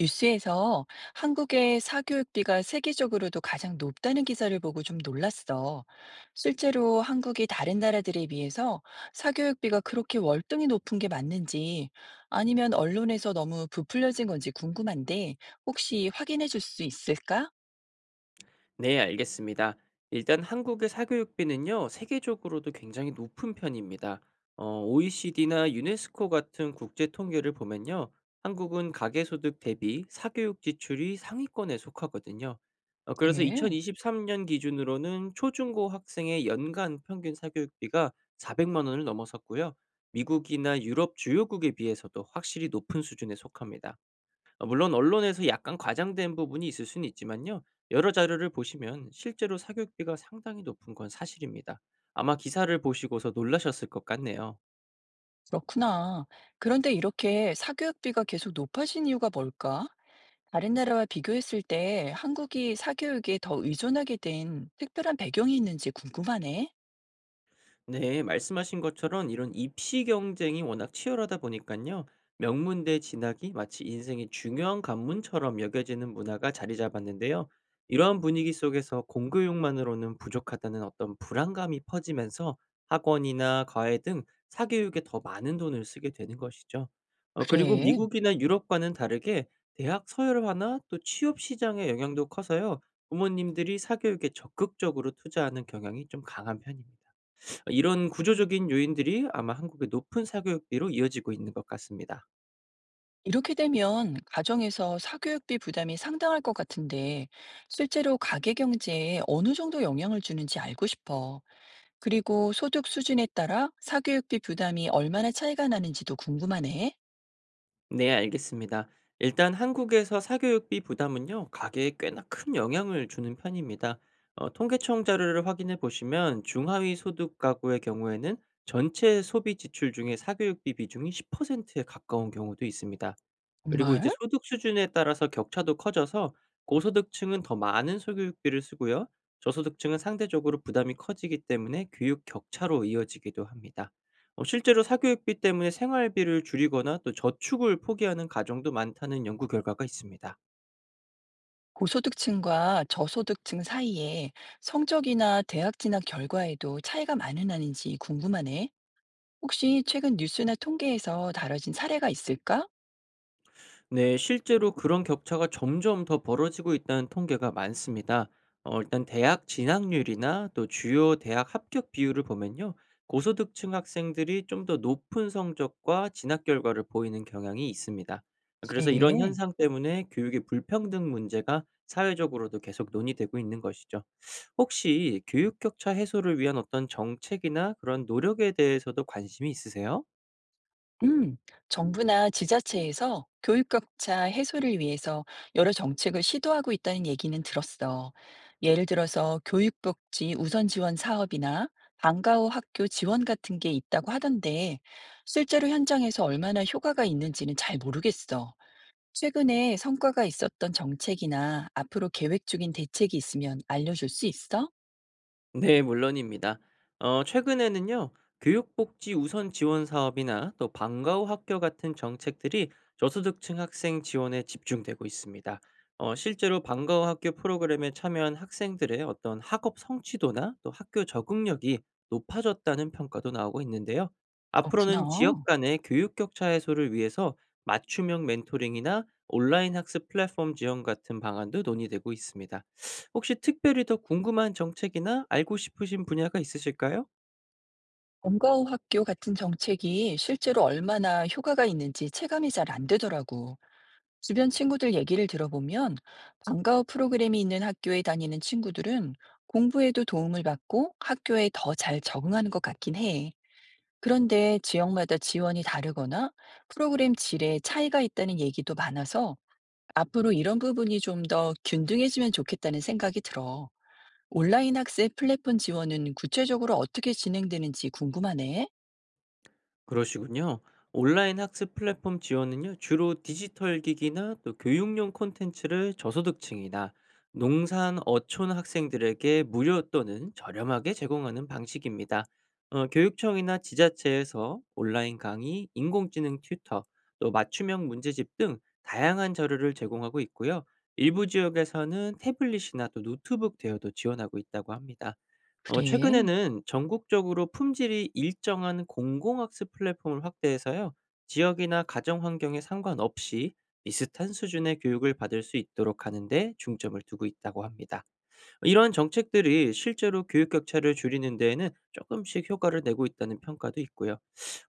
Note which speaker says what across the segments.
Speaker 1: 뉴스에서 한국의 사교육비가 세계적으로도 가장 높다는 기사를 보고 좀 놀랐어. 실제로 한국이 다른 나라들에 비해서 사교육비가 그렇게 월등히 높은 게 맞는지 아니면 언론에서 너무 부풀려진 건지 궁금한데 혹시 확인해 줄 수 있을까?
Speaker 2: 네, 알겠습니다. 일단 한국의 사교육비는요, 세계적으로도 굉장히 높은 편입니다. OECD나 유네스코 같은 국제 통계를 보면요, 한국은 가계소득 대비 사교육 지출이 상위권에 속하거든요. 그래서
Speaker 1: 예,
Speaker 2: 2023년 기준으로는 초중고 학생의 연간 평균 사교육비가 400만 원을 넘어섰고요. 미국이나 유럽 주요국에 비해서도 확실히 높은 수준에 속합니다. 물론 언론에서 약간 과장된 부분이 있을 수는 있지만요. 여러 자료를 보시면 실제로 사교육비가 상당히 높은 건 사실입니다. 아마 기사를 보시고서 놀라셨을 것 같네요.
Speaker 1: 그렇구나. 그런데 이렇게 사교육비가 계속 높아진 이유가 뭘까? 다른 나라와 비교했을 때 한국이 사교육에 더 의존하게 된 특별한 배경이 있는지 궁금하네.
Speaker 2: 네, 말씀하신 것처럼 이런 입시 경쟁이 워낙 치열하다 보니까요. 명문대 진학이 마치 인생의 중요한 관문처럼 여겨지는 문화가 자리 잡았는데요. 이러한 분위기 속에서 공교육만으로는 부족하다는 어떤 불안감이 퍼지면서 학원이나 과외 등 사교육에 더 많은 돈을 쓰게 되는 것이죠. 그리고
Speaker 1: 그래.
Speaker 2: 미국이나 유럽과는 다르게 대학 서열화나 또 취업 시장의 영향도 커서요. 부모님들이 사교육에 적극적으로 투자하는 경향이 좀 강한 편입니다. 이런 구조적인 요인들이 아마 한국의 높은 사교육비로 이어지고 있는 것 같습니다.
Speaker 1: 이렇게 되면 가정에서 사교육비 부담이 상당할 것 같은데, 실제로 가계 경제에 어느 정도 영향을 주는지 알고 싶어. 그리고 소득 수준에 따라 사교육비 부담이 얼마나 차이가 나는지도 궁금하네.
Speaker 2: 네, 알겠습니다. 일단 한국에서 사교육비 부담은요, 가계에 꽤나 큰 영향을 주는 편입니다. 통계청 자료를 확인해 보시면 중하위 소득 가구의 경우에는 전체 소비 지출 중에 사교육비 비중이 10%에 가까운 경우도 있습니다. 그리고 이제
Speaker 1: 정말?
Speaker 2: 소득 수준에 따라서 격차도 커져서 고소득층은 더 많은 소교육비를 쓰고요. 저소득층은 상대적으로 부담이 커지기 때문에 교육 격차로 이어지기도 합니다. 실제로 사교육비 때문에 생활비를 줄이거나 또 저축을 포기하는 가정도 많다는 연구 결과가 있습니다.
Speaker 1: 고소득층과 저소득층 사이에 성적이나 대학 진학 결과에도 차이가 많은 아는지 궁금하네. 혹시 최근 뉴스나 통계에서 다뤄진 사례가 있을까?
Speaker 2: 네, 실제로 그런 격차가 점점 더 벌어지고 있다는 통계가 많습니다. 일단 대학 진학률이나 또 주요 대학 합격 비율을 보면요. 고소득층 학생들이 좀 더 높은 성적과 진학 결과를 보이는 경향이 있습니다. 그래서 이런
Speaker 1: 네.
Speaker 2: 현상 때문에 교육의 불평등 문제가 사회적으로도 계속 논의되고 있는 것이죠. 혹시 교육 격차 해소를 위한 어떤 정책이나 그런 노력에 대해서도 관심이 있으세요?
Speaker 1: 음, 정부나 지자체에서 교육격차 해소를 위해서 여러 정책을 시도하고 있다는 얘기는 들었어. 예를 들어서 교육복지 우선 지원 사업이나 방과 후 학교 지원 같은 게 있다고 하던데, 실제로 현장에서 얼마나 효과가 있는지는 잘 모르겠어. 최근에 성과가 있었던 정책이나 앞으로 계획 중인 대책이 있으면 알려줄 수 있어?
Speaker 2: 네, 물론입니다. 최근에는요, 교육복지 우선 지원 사업이나 또 방과 후 학교 같은 정책들이 저소득층 학생 지원에 집중되고 있습니다. 실제로 방과 후 학교 프로그램에 참여한 학생들의 어떤 학업 성취도나 또 학교 적응력이 높아졌다는 평가도 나오고 있는데요.
Speaker 1: 그렇구나.
Speaker 2: 앞으로는 지역 간의 교육 격차 해소를 위해서 맞춤형 멘토링이나 온라인 학습 플랫폼 지원 같은 방안도 논의되고 있습니다. 혹시 특별히 더 궁금한 정책이나 알고 싶으신 분야가 있으실까요?
Speaker 1: 본가 후 학교 같은 정책이 실제로 얼마나 효과가 있는지 체감이 잘 안 되더라고. 주변 친구들 얘기를 들어보면 방과 후 프로그램이 있는 학교에 다니는 친구들은 공부에도 도움을 받고 학교에 더 잘 적응하는 것 같긴 해. 그런데 지역마다 지원이 다르거나 프로그램 질에 차이가 있다는 얘기도 많아서 앞으로 이런 부분이 좀 더 균등해지면 좋겠다는 생각이 들어. 온라인 학습 플랫폼 지원은 구체적으로 어떻게 진행되는지 궁금하네.
Speaker 2: 그러시군요. 온라인 학습 플랫폼 지원은요, 주로 디지털 기기나 또 교육용 콘텐츠를 저소득층이나 농산 어촌 학생들에게 무료 또는 저렴하게 제공하는 방식입니다. 교육청이나 지자체에서 온라인 강의, 인공지능 튜터, 또 맞춤형 문제집 등 다양한 자료를 제공하고 있고요. 일부 지역에서는 태블릿이나 또 노트북 대여도 지원하고 있다고 합니다.
Speaker 1: 그래.
Speaker 2: 최근에는 전국적으로 품질이 일정한 공공학습 플랫폼을 확대해서요. 지역이나 가정 환경에 상관없이 비슷한 수준의 교육을 받을 수 있도록 하는 데 중점을 두고 있다고 합니다. 이러한 정책들이 실제로 교육 격차를 줄이는 데에는 조금씩 효과를 내고 있다는 평가도 있고요.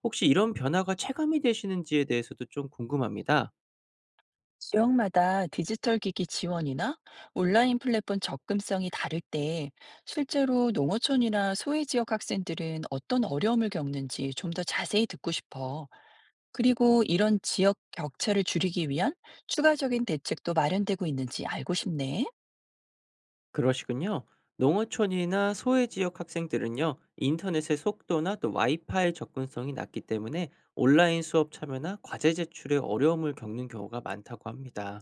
Speaker 2: 혹시 이런 변화가 체감이 되시는지에 대해서도 좀 궁금합니다.
Speaker 1: 지역마다 디지털 기기 지원이나 온라인 플랫폼 접근성이 다를 때 실제로 농어촌이나 소외 지역 학생들은 어떤 어려움을 겪는지 좀 더 자세히 듣고 싶어. 그리고 이런 지역 격차를 줄이기 위한 추가적인 대책도 마련되고 있는지 알고 싶네.
Speaker 2: 그러시군요. 농어촌이나 소외 지역 학생들은요, 인터넷의 속도나 또 와이파이 접근성이 낮기 때문에 온라인 수업 참여나 과제 제출에 어려움을 겪는 경우가 많다고 합니다.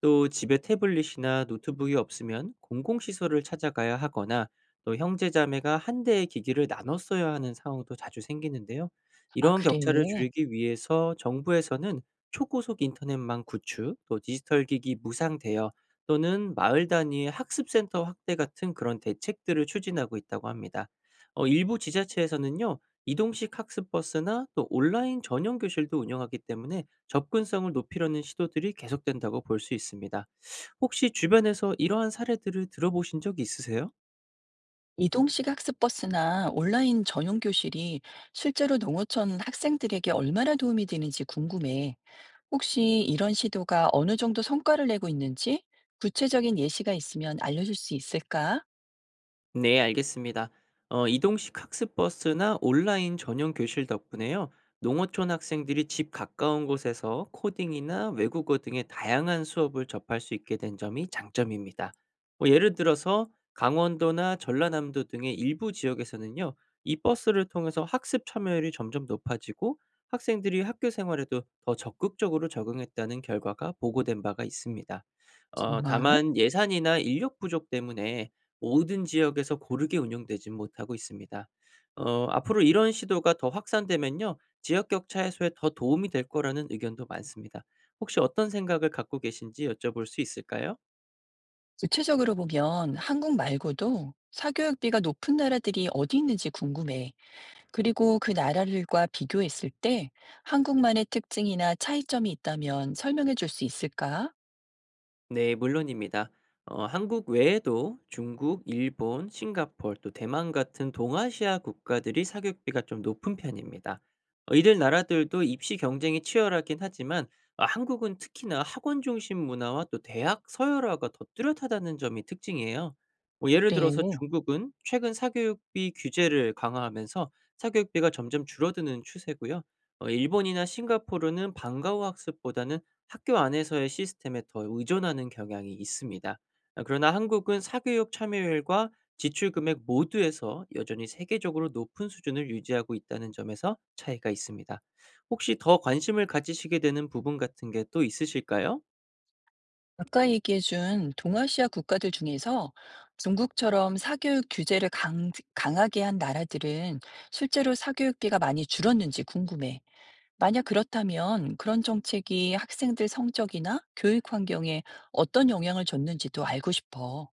Speaker 2: 또 집에 태블릿이나 노트북이 없으면 공공시설을 찾아가야 하거나 또 형제자매가 한 대의 기기를 나눠 써야 하는 상황도 자주 생기는데요.
Speaker 1: 아,
Speaker 2: 이런 격차를
Speaker 1: 그래.
Speaker 2: 줄이기 위해서 정부에서는 초고속 인터넷망 구축, 또 디지털 기기 무상 대여 또는 마을 단위의 학습센터 확대 같은 그런 대책들을 추진하고 있다고 합니다. 일부 지자체에서는요, 이동식 학습버스나 또 온라인 전용 교실도 운영하기 때문에 접근성을 높이려는 시도들이 계속된다고 볼 수 있습니다. 혹시 주변에서 이러한 사례들을 들어보신 적이 있으세요?
Speaker 1: 이동식 학습버스나 온라인 전용 교실이 실제로 농어촌 학생들에게 얼마나 도움이 되는지 궁금해. 혹시 이런 시도가 어느 정도 성과를 내고 있는지 구체적인 예시가 있으면 알려줄 수 있을까?
Speaker 2: 네, 알겠습니다. 이동식 학습버스나 온라인 전용 교실 덕분에요. 농어촌 학생들이 집 가까운 곳에서 코딩이나 외국어 등의 다양한 수업을 접할 수 있게 된 점이 장점입니다. 뭐 예를 들어서 강원도나 전라남도 등의 일부 지역에서는요, 이 버스를 통해서 학습 참여율이 점점 높아지고 학생들이 학교 생활에도 더 적극적으로 적응했다는 결과가 보고된 바가 있습니다.
Speaker 1: 정말?
Speaker 2: 다만 예산이나 인력 부족 때문에 모든 지역에서 고르게 운영되지 못하고 있습니다. 앞으로 이런 시도가 더 확산되면요, 지역 격차 해소에 더 도움이 될 거라는 의견도 많습니다. 혹시 어떤 생각을 갖고 계신지 여쭤볼 수 있을까요?
Speaker 1: 구체적으로 보면 한국 말고도 사교육비가 높은 나라들이 어디 있는지 궁금해. 그리고 그 나라들과 비교했을 때 한국만의 특징이나 차이점이 있다면 설명해 줄 수 있을까?
Speaker 2: 네, 물론입니다. 한국 외에도 중국, 일본, 싱가포르, 또 대만 같은 동아시아 국가들이 사교육비가 좀 높은 편입니다. 이들 나라들도 입시 경쟁이 치열하긴 하지만 아, 한국은 특히나 학원 중심 문화와 또 대학 서열화가 더 뚜렷하다는 점이 특징이에요. 뭐 예를 들어서
Speaker 1: 그래.
Speaker 2: 중국은 최근 사교육비 규제를 강화하면서 사교육비가 점점 줄어드는 추세고요. 일본이나 싱가포르는 방과후 학습보다는 학교 안에서의 시스템에 더 의존하는 경향이 있습니다. 아, 그러나 한국은 사교육 참여율과 지출 금액 모두에서 여전히 세계적으로 높은 수준을 유지하고 있다는 점에서 차이가 있습니다. 혹시 더 관심을 가지시게 되는 부분 같은 게 또 있으실까요?
Speaker 1: 아까 얘기해 준 동아시아 국가들 중에서 중국처럼 사교육 규제를 강하게 한 나라들은 실제로 사교육비가 많이 줄었는지 궁금해. 만약 그렇다면 그런 정책이 학생들 성적이나 교육 환경에 어떤 영향을 줬는지도 알고 싶어.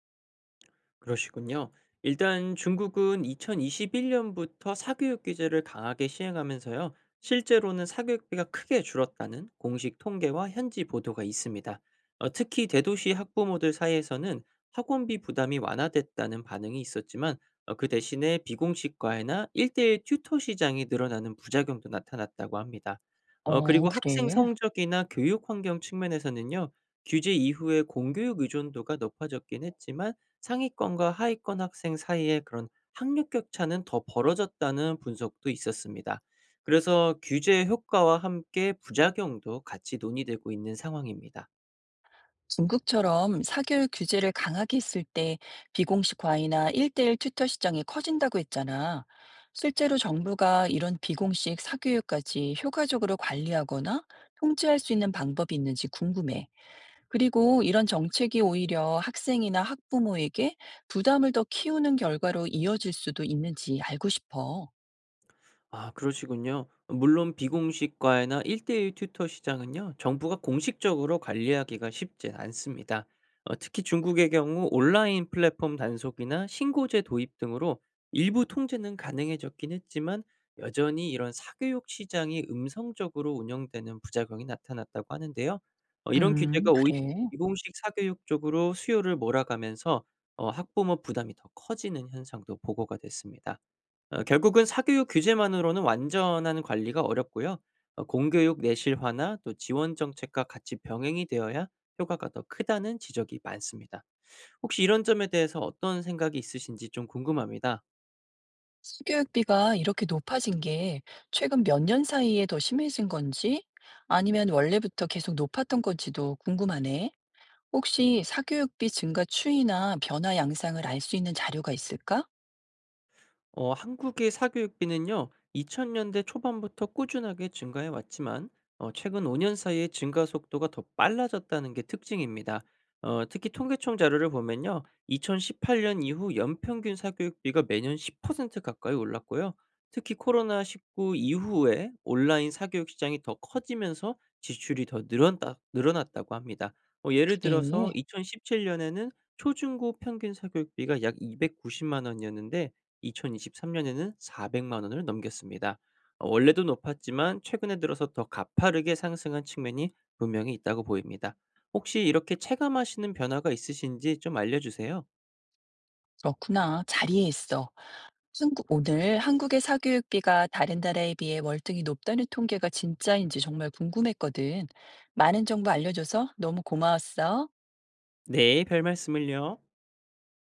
Speaker 2: 그러시군요. 일단 중국은 2021년부터 사교육 규제를 강하게 시행하면서요. 실제로는 사교육비가 크게 줄었다는 공식 통계와 현지 보도가 있습니다. 특히 대도시 학부모들 사이에서는 학원비 부담이 완화됐다는 반응이 있었지만 그 대신에 비공식 과외나 1대1 튜터 시장이 늘어나는 부작용도 나타났다고 합니다. 그리고 학생
Speaker 1: 그래.
Speaker 2: 성적이나 교육 환경 측면에서는요. 규제 이후에 공교육 의존도가 높아졌긴 했지만 상위권과 하위권 학생 사이의 그런 학력 격차는 더 벌어졌다는 분석도 있었습니다. 그래서 규제 효과와 함께 부작용도 같이 논의되고 있는 상황입니다.
Speaker 1: 중국처럼 사교육 규제를 강하게 했을 때 비공식 과외나 1대1 튜터 시장이 커진다고 했잖아. 실제로 정부가 이런 비공식 사교육까지 효과적으로 관리하거나 통제할 수 있는 방법이 있는지 궁금해. 그리고 이런 정책이 오히려 학생이나 학부모에게 부담을 더 키우는 결과로 이어질 수도 있는지 알고 싶어.
Speaker 2: 아, 그러시군요. 물론 비공식 과외나 1:1 튜터 시장은요. 정부가 공식적으로 관리하기가 쉽진 않습니다. 특히 중국의 경우 온라인 플랫폼 단속이나 신고제 도입 등으로 일부 통제는 가능해졌긴 했지만 여전히 이런 사교육 시장이 음성적으로 운영되는 부작용이 나타났다고 하는데요. 이런 규제가 오히려
Speaker 1: 그래.
Speaker 2: 비공식 사교육 쪽으로 수요를 몰아가면서 학부모 부담이 더 커지는 현상도 보고가 됐습니다. 결국은 사교육 규제만으로는 완전한 관리가 어렵고요. 공교육 내실화나 또 지원 정책과 같이 병행이 되어야 효과가 더 크다는 지적이 많습니다. 혹시 이런 점에 대해서 어떤 생각이 있으신지 좀 궁금합니다.
Speaker 1: 사교육비가 이렇게 높아진 게 최근 몇 년 사이에 더 심해진 건지 아니면 원래부터 계속 높았던 건지도 궁금하네. 혹시 사교육비 증가 추이나 변화 양상을 알 수 있는 자료가 있을까?
Speaker 2: 한국의 사교육비는요, 2000년대 초반부터 꾸준하게 증가해 왔지만, 최근 5년 사이에 증가 속도가 더 빨라졌다는 게 특징입니다. 특히 통계청 자료를 보면요, 2018년 이후 연평균 사교육비가 매년 10% 가까이 올랐고요. 특히 코로나19 이후에 온라인 사교육 시장이 더 커지면서 지출이 더 늘어났다고 합니다. 예를
Speaker 1: 그래,
Speaker 2: 들어서 2017년에는 초중고 평균 사교육비가 약 290만 원이었는데 2023 년에는 400만 원을 넘겼습니다. 원래도 높았지만 최근에 들어서 더 가파르게 상승한 측면이 분명히 있다고 보입니다. 혹시 이렇게 체감하시는 변화가 있으신지 좀 알려 주세요.
Speaker 1: 그렇구나. 자리에 있어. 한국, 오늘 한국의 사교육비가 다른 나라에 비해 월등히 높다는 통계가 진짜인지 정말 궁금했거든. 많은 정보 알려줘서 너무 고마웠어.
Speaker 2: 네, 별말씀을요.